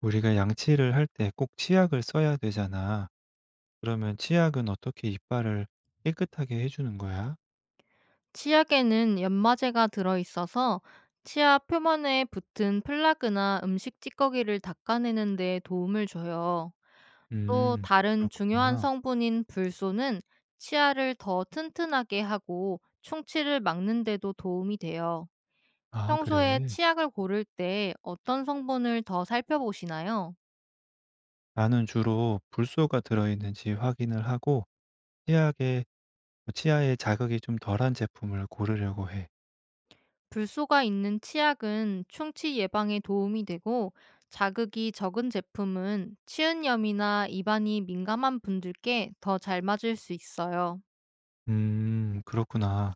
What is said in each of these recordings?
우리가 양치를 할 때 꼭 치약을 써야 되잖아. 그러면 치약은 어떻게 이빨을 깨끗하게 해 주는 거야? 치약에는 연마제가 들어있어서 치아 표면에 붙은 플라그나 음식 찌꺼기를 닦아내는 데 도움을 줘요. 또 음. 다른 중요한 그렇구나. 성분인 불소는 치아를 더 튼튼하게 하고 충치를 막는 데도 도움이 돼요. 아 평소에 그래. 치약을 고를 때 어떤 성분을 더 살펴보시나요? 나는 주로 불소가 들어 있는지 확인을 하고 치약에 치아에 자극이 좀 덜한 제품을 고르려고 해. 불소가 있는 치약은 충치 예방에 도움이 되고, 자극이 적은 제품은 치은염이나 입안이 민감한 분들께 더 잘 맞을 수 있어요. 그렇구나.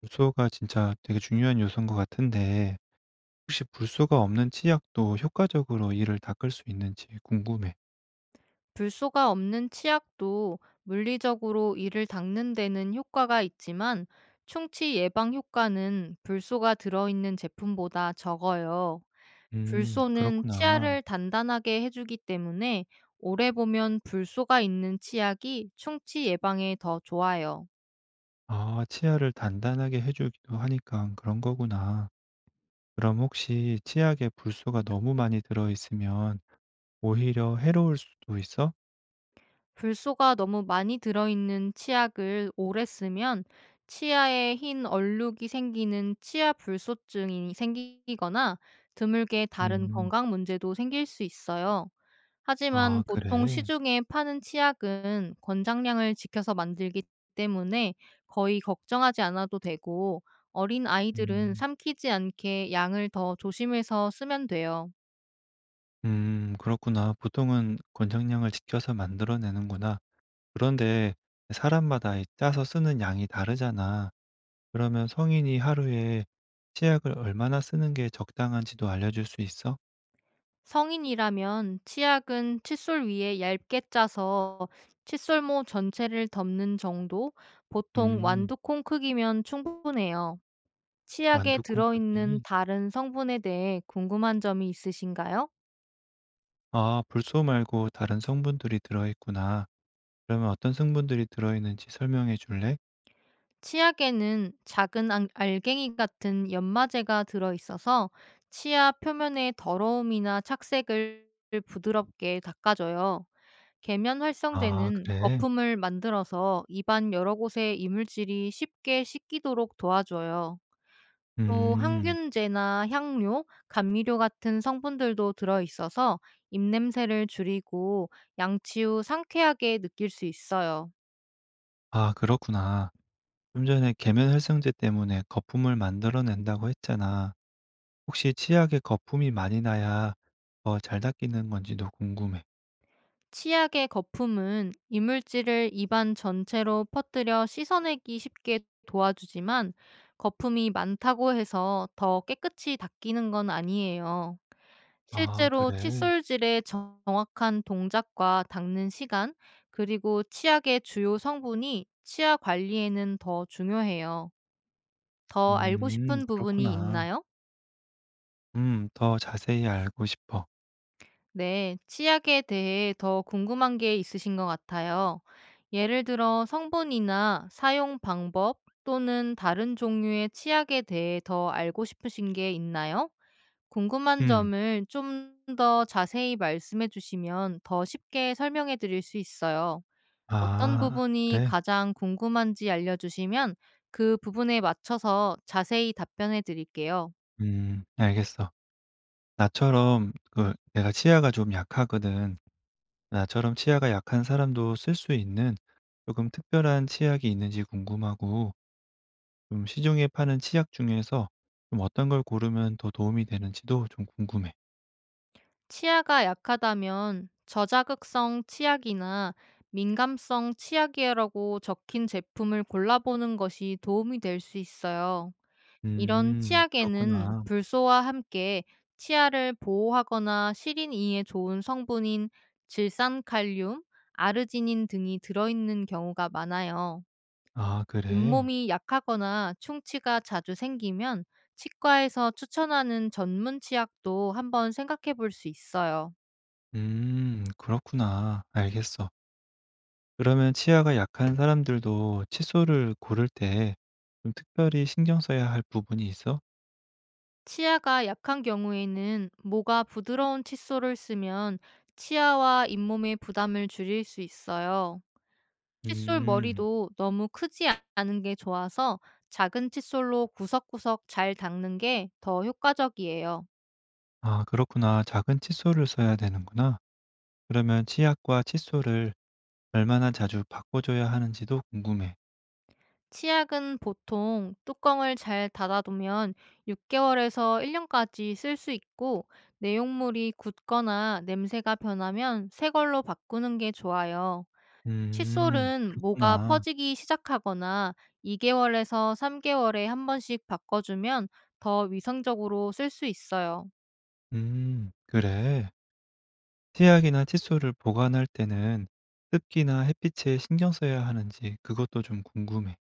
불소가 진짜 되게 중요한 요소인 것 같은데 혹시 불소가 없는 치약도 효과적으로 이를 닦을 수 있는지 궁금해. 불소가 없는 치약도 물리적으로 이를 닦는 데는 효과가 있지만, 충치 예방 효과는 불소가 들어있는 제품보다 적어요. 불소는 그렇구나. 치아를 단단하게 해주기 때문에 오래 보면 불소가 있는 치약이 충치 예방에 더 좋아요. 아 치아를 단단하게 해 주기도 하니까 그런 거구나. 그럼 혹시 치약에 불소가 너무 많이 들어 있으면 오히려 해로울 수도 있어? 불소가 너무 많이 들어있는 치약을 오래 쓰면 치아에 흰 얼룩이 생기는 치아 불소증이 생기거나, 드물게 다른 음. 건강 문제도 생길 수 있어요. 하지만 아 보통 그래? 시중에 파는 치약은 권장량을 지켜서 만들기 때문에 거의 걱정하지 않아도 되고, 어린 아이들은 음. 삼키지 않게 양을 더 조심해서 쓰면 돼요. 그렇구나. 보통은 권장량을 지켜서 만들어내는구나. 그런데 사람마다 이 짜서 쓰는 양이 다르잖아. 그러면 성인이 하루에 치약을 얼마나 쓰는 게 적당한지도 알려 줄 수 있어? 성인이라면 치약은 칫솔 위에 얇게 짜서 칫솔모 전체를 덮는 정도, 보통 음 완두콩 크기면 충분해요. 치약에 완두 콩 들어있는 크기. 다른 성분에 대해 궁금한 점이 있으신가요? 아 불소 말고 다른 성분들이 들어있구나. 그러면 어떤 성분들이 들어있는지 설명해 줄래? 치약에는 작은 알갱이 같은 연마제가 들어있어서 치아 표면의 더러움이나 착색을 부드럽게 닦아줘요. 계면 아 활성제는 그래? 거품을 만들어서 입안 여러 곳의 이물질이 쉽게 씻기도록 도와줘요. 또 음. 항균제나 향료, 감미료 같은 성분들도 들어있어서 입냄새를 줄이고 양치 후 상쾌하게 느낄 수 있어요. 아 그렇구나. 좀 전에 계면 활성제 때문에 거품을 만들어낸다고 했잖아. 혹시 치약에 거품이 많이 나야 더 잘 닦이는 건지도 궁금해. 치약의 거품은 이물질을 입안 전체로 퍼뜨려 씻어내기 쉽게 도와주지만, 거품이 많다고 해서 더 깨끗이 닦이는 건 아니에요. 아 실제로 그래? 칫솔질의 정확한 동작과 닦는 시간, 그리고 치약의 주요 성분이 치아 관리에는 더 중요해요. 더 알고 싶은 부분이 그렇구나. 있나요? 더 자세히 알고 싶어. 네, 치약에 대해 더 궁금한 게 있으신 것 같아요. 예를 들어 성분이나 사용 방법, 또는 다른 종류의 치약에 대해 더 알고 싶으신 게 있나요? 궁금한 음. 점을 좀 더 자세히 말씀해 주시면 더 쉽게 설명해 드릴 수 있어요. 어떤 아 부분이 그래? 가장 궁금한지 알려주시면 그 부분에 맞춰서 자세히 답변해 드릴게요. 알겠어. 나처럼 그 내가 치아가 좀 약하거든. 나처럼 치아가 약한 사람도 쓸 수 있는 조금 특별한 치약이 있는지 궁금하고 좀 시중에 파는 치약 중에서 좀 어떤 걸 고르면 더 도움이 되는지도 좀 궁금해. 치아가 약하다면 저자극성 치약이나 민감성 치약이라고 적힌 제품을 골라보는 것이 도움이 될 수 있어요. 이런 치약에는 그렇구나. 불소와 함께 치아를 보호하거나 시린 이에 좋은 성분인 질산칼륨, 아르지닌 등이 들어있는 경우가 많아요. 아, 그래? 잇몸이 약하거나 충치가 자주 생기면 치과에서 추천하는 전문 치약도 한번 생각해 볼 수 있어요. 그렇구나. 알겠어. 그러면 치아가 약한 사람들도 칫솔을 고를 때 좀 특별히 신경 써야 할 부분이 있어? 치아가 약한 경우에는 모가 부드러운 칫솔을 쓰면 치아와 잇몸의 부담을 줄일 수 있어요. 칫솔 음, 머리도 너무 크지 않은 게 좋아서 작은 칫솔로 구석구석 잘 닦는 게 더 효과적이에요. 아, 그렇구나. 작은 칫솔을 써야 되는구나. 그러면 치약과 칫솔을 얼마나 자주 바꿔줘야 하는지도 궁금해. 치약은 보통 뚜껑을 잘 닫아두면 6개월에서 1년까지 쓸 수 있고, 내용물이 굳거나 냄새가 변하면 새 걸로 바꾸는 게 좋아요. 칫솔은 모가 그렇구나. 퍼지기 시작하거나 2개월에서 3개월에 한 번씩 바꿔주면 더 위생적으로 쓸 수 있어요. 그래. 치약이나 칫솔을 보관할 때는 습기나 햇빛에 신경 써야 하는지 그것도 좀 궁금해.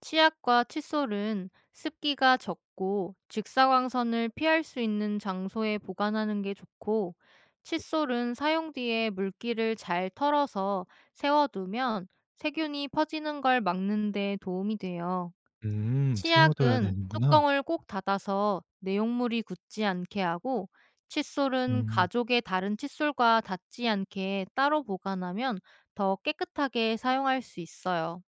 치약과 칫솔은 습기가 적고 직사광선을 피할 수 있는 장소에 보관하는 게 좋고, 칫솔은 사용 뒤에 물기를 잘 털어서 세워두면 세균이 퍼지는 걸 막는 데 도움이 돼요. 세워둬야 치약은 되는구나. 뚜껑을 꼭 닫아서 내용물이 굳지 않게 하고, 칫솔은 음, 가족의 다른 칫솔과 닿지 않게 따로 보관하면 더 깨끗하게 사용할 수 있어요.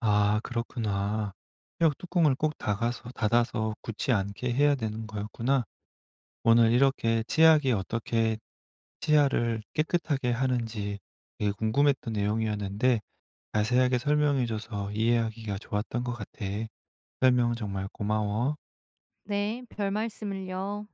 아, 그렇구나. 치약 뚜껑을 꼭 닫아서 굳지 않게 해야 되는 거였구나. 오늘 이렇게 치약이 어떻게 치아를 깨끗하게 하는지 되게 궁금했던 내용이었는데 자세하게 설명해 줘서 이해하기가 좋았던 것 같아. 설명 정말 고마워. 네, 별 말씀을요.